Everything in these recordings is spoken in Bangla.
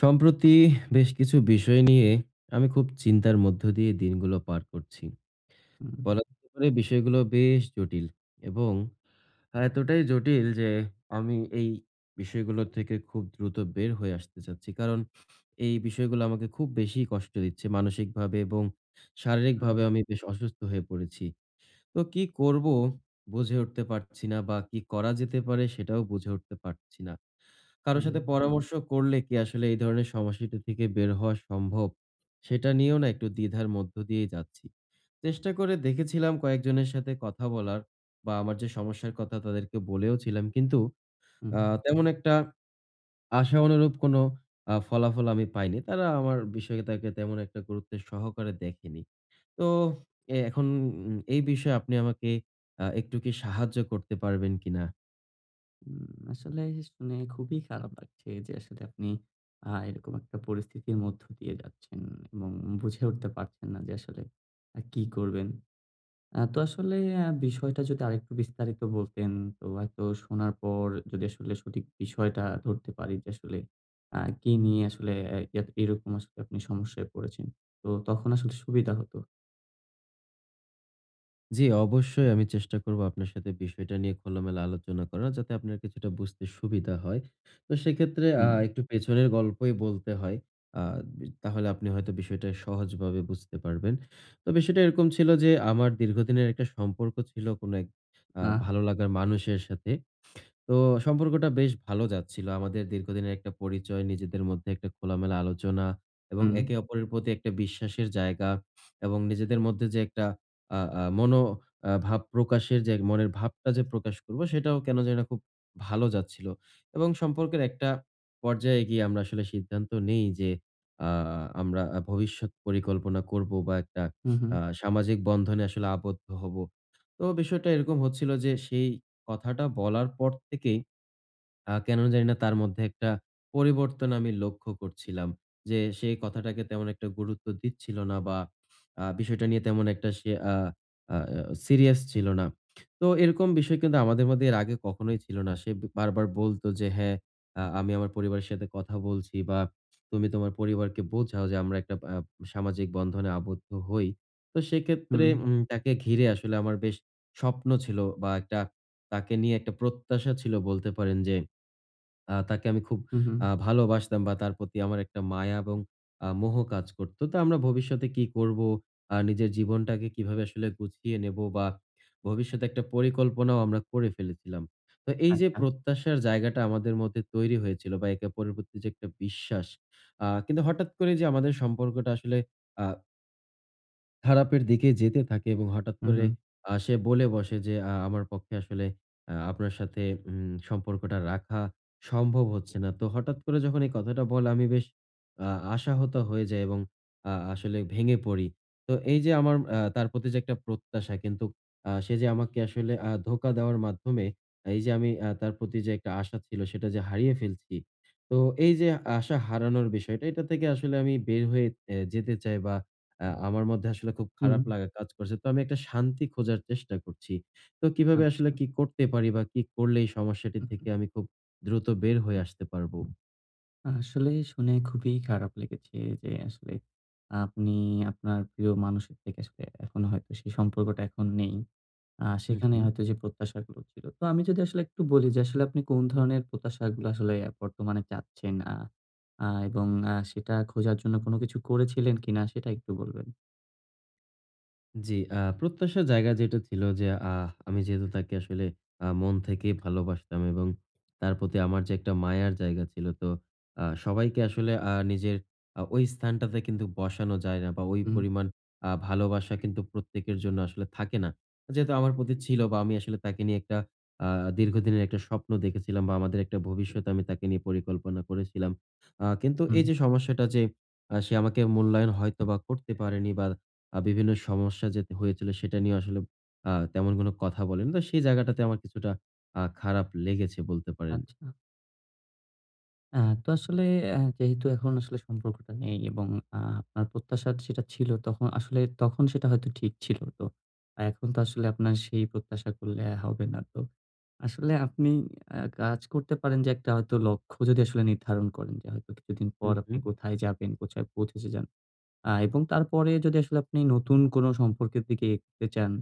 সম্প্রতি বেশ কিছু বিষয় নিয়ে আমি খুব চিন্তার মধ্য দিয়ে দিনগুলো পার করছি। হুম, বলা যেতে পারে বিষয়গুলো বেশ জটিল এবং এতটাই জটিল যে আমি এই বিষয়গুলো থেকে খুব দ্রুত বের হয়ে আসতে চাচ্ছি। কারণ এই বিষয়গুলো আমাকে খুব বেশি কষ্ট দিচ্ছে মানসিকভাবে এবং হুম, শারীরিকভাবে আমি বেশ অসুস্থ হয়ে পড়েছি। তো কি করব বুঝে উঠতে পারছি না, বা কি করা যেতে পারে সেটাও বুঝে উঠতে পারছি না। কারো হুম, সাথে পরামর্শ করলে কি আসলে এই ধরনের সমস্যাটা থেকে বের হওয়া সম্ভব? সেটা নিয়েও না একটু দ্বিধার মধ্য দিয়েই যাচ্ছি। চেষ্টা করে দেখেছিলাম কয়েকজনের সাথে কথা বলার, বা আমার যে সমস্যার কথা তাদেরকে বলেও ছিলাম। কিন্তু হুম, আ হুম। তেমন একটা আশা অনুরূপ কোনো ফলাফল আমি পাইনি। তারা আমার বিষয়টাকে তেমন একটা গুরুত্বের সহকারে দেখেনি। তো এখন এই বিষয়ে আপনি আমাকে একটু কি সাহায্য করতে পারবেন কিনা? আসলে শুনে খুবই খারাপ লাগছে যে আসলে আপনি এরকম একটা পরিস্থিতির মধ্য দিয়ে যাচ্ছেন এবং বুঝে উঠতে পারছেন না যে আসলে কি করবেন। তো আসলে বিষয়টা যদি আরেকটু বিস্তারিত বলতেন, তো হয়তো শোনার পর যদি আসলে সঠিক বিষয়টা ধরতে পারি যে আসলে কি নিয়ে আসলে এ এ এরকম আসলে আপনি সমস্যায় পড়েছেন। তো তখন আসলে সুবিধা হতো। জি, অবশ্যই আমি চেষ্টা করব আপনার সাথে বিষয়টা নিয়ে খোলামেলা আলোচনা করার, যাতে আপনার কিছুটা বুঝতে সুবিধা হয়। তো সেক্ষেত্রে হুম, একটু পেছনের গল্পই বলতে হয়। আ বি তাহলে আপনি হয়তো বিষয়টা সহজভাবে বুঝতে পারবেন। তো বিষয়টা এরকম ছিল যে, আমার দীর্ঘদিনের একটা সম্পর্ক ছিল কোনো এক আহ ভালো লাগার মানুষের সাথে। তো সম্পর্কটা বেশ ভালো যাচ্ছিল। আমাদের দীর্ঘদিনের একটা পরিচয়, নিজেদের মধ্যে একটা খোলামেলা আলোচনা এবং হুম, একে অপরের প্রতি একটা বিশ্বাসের জায়গা, এবং নিজেদের মধ্যে যে একটা আ আ মনো আ ভাব প্রকাশের, যে মনের ভাবটা যে প্রকাশ করবো সেটাও কেন জানি না খুব ভালো যাচ্ছিল। এবং সম্পর্কের একটা পর্যায়ে গিয়ে আমরা আসলে সিদ্ধান্ত নেই যে আ আমরা ভবিষ্যৎ পরিকল্পনা করবো, বা একটা হুম, হুম, সামাজিক বন্ধনে আসলে আবদ্ধ হবো। তো বিষয়টা এরকম হচ্ছিল যে সেই কথাটা বলার পর থেকেই কেন জানি না তার মধ্যে একটা পরিবর্তন আমি লক্ষ্য করছিলাম। যে সে কথাটাকে তেমন একটা গুরুত্ব দিচ্ছিল না, বা বিষয়টা নিয়ে তেমন একটা সে আ আ সিরিয়াস ছিল না। তো এরকম বিষয় কিন্তু আমাদের মধ্যে এর আগে কখনোই ছিল না। সে বারবার বলত যে, "হ্যাঁ, আমি আমার পরিবারের সাথে কথা বলছি, বা তুমি তোমার পরিবারকে বোঝাও যে আমরা একটা সামাজিক বন্ধনে আবদ্ধ হই।" তো সেক্ষেত্রে হুম, তাকে ঘিরে আসলে আমার বেশ স্বপ্ন ছিল, বা একটা তাকে নিয়ে একটা প্রত্যাশা ছিল বলতে পারেন যে তাকে আমি খুব হুম, হুম। ভালোবাসতাম, বা তার প্রতি আমার একটা মায়া এবং মোহ কাজ করত। তো আমরা ভবিষ্যতে কি করবো? নিজের জীবনটাকে কিভাবে আসলে গুছিয়ে নেবো, বা ভবিষ্যতে একটা পরিকল্পনাও আমরা করে ফেলেছিলাম। তো এই যে আচ্ছা। প্রত্যাশার জায়গাটা আমাদের মধ্যে তৈরি হয়েছিল, বা একে অপরের প্রতি যে একটা বিশ্বাস, কিন্তু হঠাৎ করে যে আমাদের সম্পর্কটা আসলে আ খারাপের দিকে যেতে থাকে, এবং হঠাৎ হুম, করে হুম, সে বলে বসে যে, "আমার পক্ষে আসলে আপনার সাথে সম্পর্কটা রাখা সম্ভব হচ্ছে না।" তো হঠাৎ করে যখন এই কথাটা বলে আমি বেশ আ আশাহত হয়ে যাই এবং আসলে ভেঙে পড়ি। তো এই যে আমার তার প্রতি যে একটা প্রত্যাশা, কিন্তু সে যে আমাকে আসলে ধোঁকা দেওয়ার মাধ্যমে এই যে আমি তার প্রতি যে একটা আশা ছিল সেটা যে হারিয়ে ফেলছি। তো এই যে আশা হারানোর বিষয়টা, এটা থেকে আসলে আমি বের হয়ে যেতে চাই, বা আমার মধ্যে আসলে খুব হুম। খারাপ লাগা কাজ করছে। তো আমি একটা শান্তি খোঁজার চেষ্টা করছি। তো কিভাবে আচ্ছা। আসলে কি করতে পারি, বা কি করলে এই সমস্যাটি হুম, থেকে হুম। আমি খুব দ্রুত বের হয়ে আসতে পারবো? আসলে শুনে খুবই খারাপ লেগেছে যে আসলে আপনি আপনার প্রিয় মানুষের থেকে আসলে এখনো হয়তো সেই সম্পর্কটা এখন নেই। হু, সেখানে হু। হয়তো যে প্রত্যাশাগুলো ছিল। তো আমি যদি আসলে একটু বলি যে আসলে আপনি কোন ধরনের প্রত্যাশাগুলো আসলে বর্তমানে চাচ্ছেন? আ আ এবং সেটা খোঁজার জন্য কোনো কিছু করেছিলেন কিনা সেটা একটু বলবেন? জি, প্রত্যাশার জায়গা যেটা ছিল যে আমি যেহেতু তাকে আসলে মন থেকে ভালোবাসতাম, এবং তার প্রতি আমার যে একটা মায়ার জায়গা ছিল, তো সবাইকে আসলে নিজের ওই স্থানটাতে কিন্তু বসানো যায় না, বা ওই হুম, পরিমাণ ভালোবাসা কিন্তু প্রত্যেকের জন্য আসলে থাকে না। যেহেতু আমার প্রতি ছিল, বা আমি আসলে তাকে নিয়ে একটা আ দীর্ঘদিনের একটা স্বপ্ন দেখেছিলাম, বা আমাদের একটা ভবিষ্যৎ আমি তাকে নিয়ে পরিকল্পনা করেছিলাম। কিন্তু হুম। এই যে সমস্যাটা, যে সে আমাকে মূল্যায়ন হয়তোবা করতে পারেনি, বা বিভিন্ন সমস্যা যে হয়েছিল সেটা নিয়ে আসলে তেমন কোনো কথা বলেনি। তো সেই জায়গাটাতে আমার কিছুটা খারাপ লেগেছে বলতে পারেন। আচ্ছা। আ তো আসলে যেহেতু এখন আসলে সম্পর্কটা নেই এবং আপনার প্রত্যাশা সেটা ছিল তখন আসলে তখন সেটা হয়তো ঠিক ছিল। তো এখন তো আসলে আপনার সেই প্রত্যাশা করলে হবে না। তো আসলে আপনি কাজ করতে পারেন যে একটা হয়তো লক্ষ্য যদি আসলে নির্ধারণ করেন যে হয়তো কিছুদিন হু, পর হু, আপনি কোথায় যাবেন, কোথায় পৌঁছেছে যান, এবং তারপরে যদি আসলে আপনি নতুন কোনো সম্পর্কের দিকে এগোতে চান,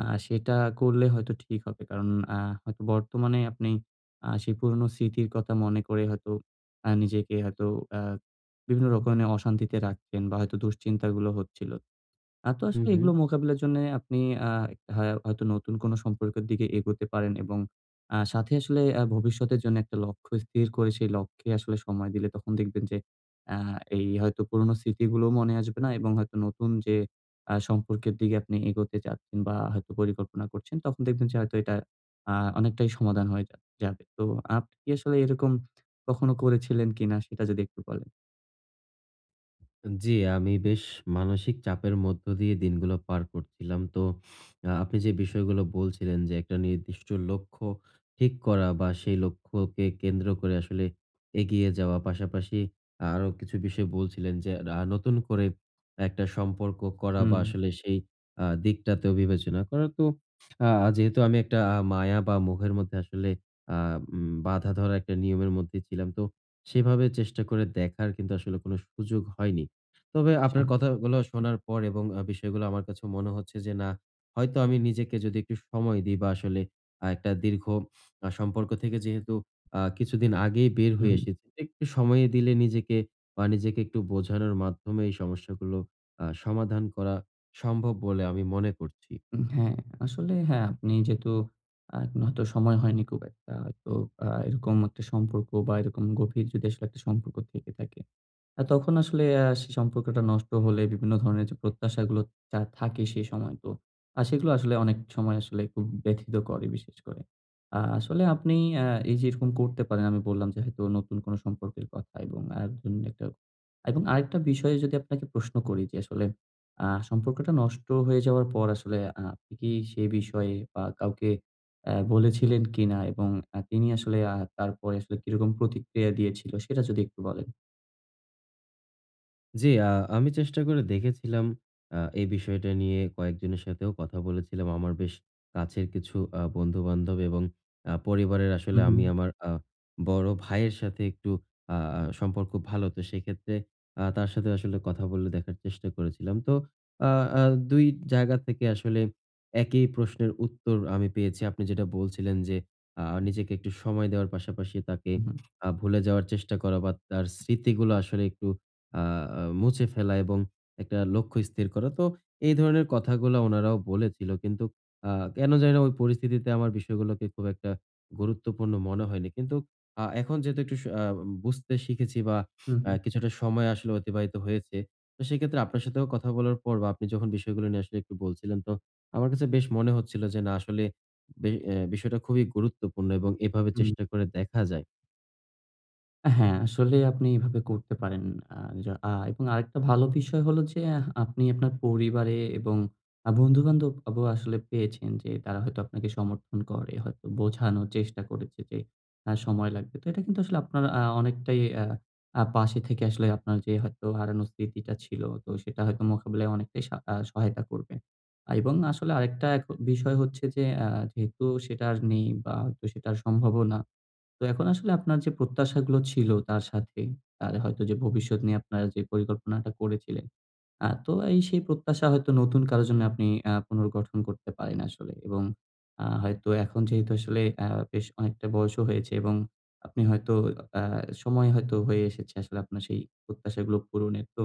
সেটা করলে হয়তো ঠিক হবে। কারণ আ হয়তো বর্তমানে আপনি সেই পুরনো স্মৃতির কথা মনে করে হয়তো নিজেকে হয়তো আ বিভিন্ন রকমের অশান্তিতে রাখছেন বা হয়তো দুশ্চিন্তাগুলো হচ্ছিল। তো হু, আসলে হু। এগুলো মোকাবিলার জন্যে আপনি আ হয়তো নতুন কোনো সম্পর্কের দিকে এগোতে পারেন, এবং সাথে আসলে ভবিষ্যতের জন্য একটা লক্ষ্য স্থির করে সেই লক্ষ্যে আসলে সময় দিলে তখন দেখবেন যে আ এই হয়তো পুরোনো স্মৃতিগুলোও মনে আসবে না, এবং হয়তো নতুন যে সম্পর্কের দিকে আপনি এগোতে চাচ্ছেন বা হয়তো পরিকল্পনা করছেন, তখন দেখবেন যে হয়তো এটা আ অনেকটাই সমাধান হয়ে যাবে। তো আপনি কি আসলে এরকম কখনো করেছিলেন কিনা সেটা যদি একটু বলেন? জি, আমি বেশ মানসিক চাপের মধ্য দিয়ে দিনগুলো পার করছিলাম। তো আপনি যে বিষয়গুলো বলছিলেন, যে একটা নির্দিষ্ট লক্ষ্য ঠিক করা, বা সেই লক্ষ্যকে কেন্দ্র করে আসলে এগিয়ে যাওয়া। পাশাপাশি আরো কিছু বিষয় বলছিলেন, যে নতুন করে একটা সম্পর্ক করা, বা হুম, আসলে সেই দিকটাতেও বিবেচনা করা। তো আ যেহেতু আমি একটা মায়া বা মোহের মধ্যে আসলে আ উম বাঁধা ধরা একটা নিয়মের মধ্যে ছিলাম। তো সেভাবে চেষ্টা করে দেখার কিন্তু আসলে কোনো সুযোগ হয়নি। তবে আচ্ছা। আপনার কথাগুলো শোনার পর, এবং বিষয়গুলো আমার কাছে মনে হচ্ছে যে না, হয়তো আমি নিজেকে যদি একটু সময় দিই, বা আসলে একটা দীর্ঘ সম্পর্ক থেকে যেহেতু কিছুদিন আগেই বের হুম। হয়ে এসেছি, একটু সময় দিলে নিজেকে, বা নিজেকে একটু বোঝানোর মাধ্যমে এই সমস্যাগুলো সমাধান করা সম্ভব বলে আমি মনে করছি। হ্যাঁ, আসলে হ্যাঁ, আপনি যেহেতু আ হয়তো সময় হয়নি খুব একটা, হয়তো এরকম একটা সম্পর্ক বা এরকম গভীর যদি আসলে একটা সম্পর্ক থেকে থাকে। তখন আসলে সেই সম্পর্কটা নষ্ট হলে বিভিন্ন ধরনের যে প্রত্যাশাগুলো যা থাকে সেই সময়, তো সেগুলো আসলে অনেক সময় আসলে খুব ব্যথিত করে বিশেষ করে। আসলে আপনি আ এই যে এরকম করতে পারেন, আমি বললাম যে হয়তো নতুন কোনো সম্পর্কের কথা। এবং আরেকজন একটা, এবং আরেকটা বিষয়ে যদি আপনাকে প্রশ্ন করি যে আসলে সম্পর্কটা নষ্ট হয়ে যাওয়ার পর আসলে আপনি কি সেই বিষয়ে বা কাউকে বলেছিলেন কিনা? এবং তিনি আসলে তারপরে আসলে কিরকম প্রতিক্রিয়া দিয়েছিল, সেটা যদি একটু বলেন? জি, আমি চেষ্টা করে দেখেছিলাম। এই বিষয়টা নিয়ে কয়েকজনের সাথেও কথা বলেছিলাম। আমার বেশ কাছের কিছু বন্ধু-বান্ধব এবং পরিবারের, হু, আসলে হু। আমি আমার বড় ভাইয়ের সাথে একটু আ আ সম্পর্ক ভালো। তো সেক্ষেত্রে তার সাথে আসলে কথা বলে দেখার চেষ্টা করেছিলাম। তো আ আ ২ জায়গা থেকে আসলে একই প্রশ্নের উত্তর আমি পেয়েছি। আপনি যেটা বলছিলেন যে, নিজেকে একটু সময় দেওয়ার পাশাপাশি তাকে হুম, ভুলে যাওয়ার চেষ্টা করা, বা তার স্মৃতিগুলো আসলে একটু আ আ মুছে ফেলা, এবং একটা লক্ষ্য স্থির করা। তো এই ধরনের কথাগুলা ওনারাও বলেছিল। কিন্তু আ কেন জানিনা ওই পরিস্থিতিতে আমার বিষয়গুলোকে খুব একটা গুরুত্বপূর্ণ মনে হয়নি। কিন্তু এখন যেহেতু একটু স আ বুঝতে শিখেছি, বা হুম, হুম, কিছুটা সময় আসলে অতিবাহিত হয়েছে। তো সেক্ষেত্রে আপনার সাথেও কথা বলার পর, বা আপনি যখন বিষয়গুলো নিয়ে আসলে একটু বলছিলেন, তো আমার কাছে বেশ মনে হচ্ছিল যে না আসলে বে অ্যা বিষয়টা খুবই গুরুত্বপূর্ণ, এবং এভাবে হুম, চেষ্টা করে দেখা যায়। হ্যাঁ, আসলে আপনি এভাবে করতে পারেন। আ য আ এবং আরেকটা ভালো বিষয় হলো যে, আপনি আপনার পরিবারে এবং বন্ধু-বান্ধব আসলে পেয়েছেন যে তারা হয়তো আপনাকে সমর্থন করে, হয়তো বোঝানোর চেষ্টা করেছে যে সময় লাগবে। তো এটা কিন্তু আসলে আপনার অনেকটাই আ আ পাশে থেকে আসলে আপনার যে হয়তো হারানো স্মৃতিটা ছিল, তো সেটা হয়তো মোকাবিলায় অনেকটাই সা আ সহায়তা করবে। এবং আসলে আরেকটা বিষয় হচ্ছে যে, যেহেতু সেটা আর নেই বা হয়তো সেটা আর সম্ভবও না, তো এখন আসলে আপনার যে প্রত্যাশাগুলো ছিল তার সাথে, তার হয়তো যে ভবিষ্যৎ নিয়ে আপনারা যে পরিকল্পনাটা করেছিলেন, তো এই সেই প্রত্যাশা হয়তো নতুন কারো জন্য আপনি পুনর্গঠন করতে পারেন আসলে। এবং হয়তো এখন যেহেতু আসলে বেশ অনেকটা বয়সও হয়েছে, এবং আপনি হয়তো, আ সময় হয়তো হয়ে এসেছে আসলে আপনার সেই প্রত্যাশাগুলো পূরণের। তো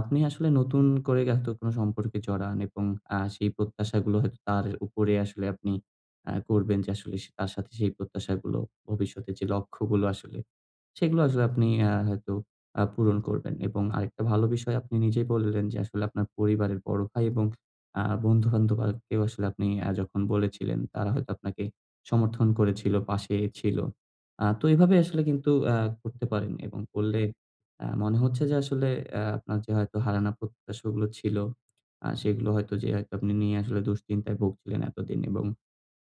আপনি আসলে নতুন করে হয়তো কোনো সম্পর্কে জড়ান, এবং সেই প্রত্যাশাগুলো হয়তো তার উপরে আসলে আপনি করবেন যে আসলে সে, তার সাথে সেই প্রত্যাশাগুলো, ভবিষ্যতে যে লক্ষ্যগুলো আসলে, সেগুলো আসলে আপনি হয়তো পূরণ করবেন। এবং আরেকটা ভালো বিষয়, আপনি নিজেই বললেন যে, আসলে আপনার পরিবারের বড় ভাই এবং বন্ধু-বান্ধব, কেউ আসলে, আপনি যখন বলেছিলেন, তারা হয়তো আপনাকে সমর্থন করেছিল, পাশে ছিল। তো এভাবে আসলে কিন্তু করতে পারেন, এবং করলে মনে হচ্ছে যে, আসলে আপনার যে হয়তো হারানো প্রত্যাশাগুলো ছিল, সেগুলো হয়তো, যে হয়তো আপনি নিয়ে আসলে দুশ্চিন্তায় ভুগছিলেন এতদিন, এবং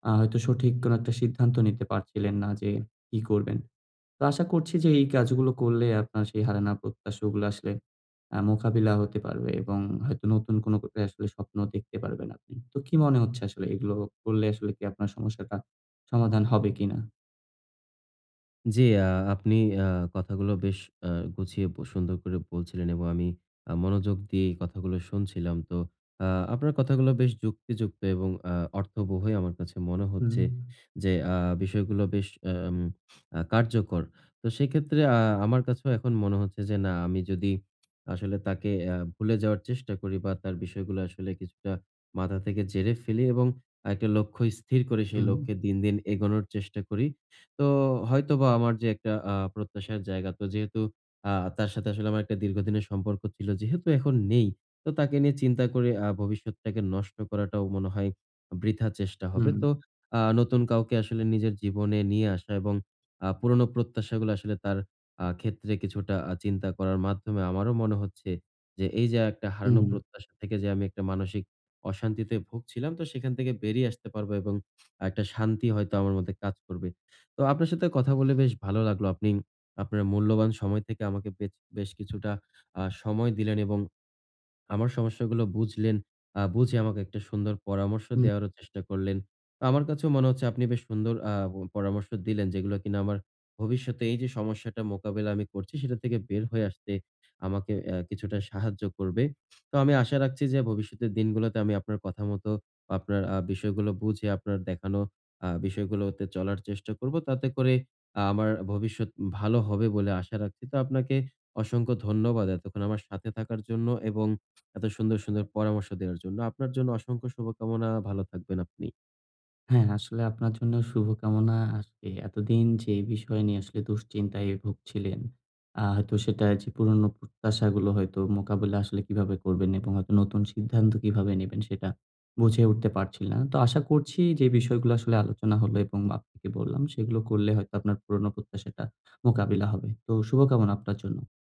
হয়তো সঠিক কোনো একটা সিদ্ধান্ত নিতে পারছিলেন না যে কি করবেন। তো আশা করছি যে এই কাজগুলো করলে আপনার সেই হারানো প্রত্যাশাগুলো আসলে মোকাবিলা হতে পারবে, এবং হয়তো নতুন কোনো করে আসলে স্বপ্ন দেখতে পারবেন আপনি। তো কি মনে হচ্ছে, আসলে এগুলো করলে আসলে কি আপনার সমস্যাটা সমাধান হবে কিনা? জি, আপনি আ কথাগুলো বেশ আ গুছিয়ে সুন্দর করে বলছিলেন, এবং আমি মনোযোগ দিয়ে এই কথাগুলো শুনছিলাম। তো আ আপনার কথাগুলো বেশ যুক্তিযুক্ত এবং অর্থবহই আমার কাছে মনে হুম, হচ্ছে, যে বিষয়গুলো বেশ আম আ কার্যকর। তো সেক্ষেত্রে আমার কাছেও এখন মনে হচ্ছে যে না, আমি যদি আসলে তাকে ভুলে যাওয়ার চেষ্টা করি, বা তার বিষয়গুলো আসলে কিছুটা মাথা থেকে জেরে ফেলি, এবং একটা লক্ষ্য স্থির করে সেই হুম, লক্ষ্যে দিন, দিন এগোনোর চেষ্টা করি। তো হয়তোবা আমার যে একটা প্রত্যাশার জায়গা, তো যেহেতু আ তার সাথে আসলে আমার একটা দীর্ঘদিনের সম্পর্ক ছিল, যেহেতু এখন নেই, তো তাকে নিয়ে চিন্তা করে ভবিষ্যৎটাকে নষ্ট করাটাও মনে হয় বৃথা চেষ্টা হুম, হবে। হুম। তো নতুন কাউকে আসলে নিজের জীবনে নিয়ে আসা, এবং পুরনো প্রত্যাশাগুলো আসলে তার ক্ষেত্রে কিছুটা চিন্তা করার মাধ্যমে আমারও মনে হচ্ছে যে, এই যে একটা হারানো হুম, প্রত্যাশা থেকে যে আমি একটা মানসিক অশান্তিতে ভুগছিলাম, তো সেখান থেকে বেরিয়ে আসতে পারবো, এবং একটা শান্তি হয়তো আমার মধ্যে কাজ করবে। তো আপনার সাথে কথা বলে বেশ ভালো লাগলো। আপনি আপনার মূল্যবান সময় থেকে আমাকে বেশ কিছুটা সময় দিলেন, এবং আমার সমস্যাগুলো বুঝলেন, বুঝে আমাকে একটা সুন্দর পরামর্শ দেওয়ারও চেষ্টা করলেন। আমার কাছেও মনে হচ্ছে আপনি বেশ সুন্দর পরামর্শ দিলেন, যেগুলো কিনা আমার ভবিষ্যতে এই যে সমস্যাটা মোকাবেলা আমি করছি, সেটা থেকে বের হয়ে আসতে আমাকে কিছুটা সাহায্য করবে। তো আমি আশা রাখছি যে ভবিষ্যতের দিনগুলোতে আমি আপনার কথা মতো আপনার বিষয়গুলো বুঝে আপনার দেখানো বিষয়গুলোতে চলার চেষ্টা করব। তাতে করে আমার ভবিষ্যৎ ভালো হবে বলে আশা রাখছি। তো আপনাকে অসংখ্য ধন্যবাদ এতক্ষণ আমার সাথে থাকার জন্য, এবং এত সুন্দর, সুন্দর পরামর্শ দেওয়ার জন্য। আপনার জন্য অসংখ্য শুভকামনা। ভালো থাকবেন আপনি। হ্যাঁ, আসলে আপনার জন্য শুভকামনা। আজকে এতদিন যে বিষয় নিয়ে আসলে দুশ্চিন্তায় ভুগছিলেন, হয়তো সেটা, যে পুরনো প্রত্যাশাগুলো হয়তো মোকাবিলা আসলে কিভাবে করবেন এবং হয়তো নতুন সিদ্ধান্ত কিভাবে নেবেন, সেটা বুঝে উঠতে পারছিলেন না। তো আশা করছি যে বিষয়গুলো আসলে আলোচনা হলো, এবং আপনাকে বললাম সেগুলো করলে হয়তো আপনার পুরনো প্রত্যাশাটা মোকাবিলা হবে। তো শুভকামনা আপনার জন্য।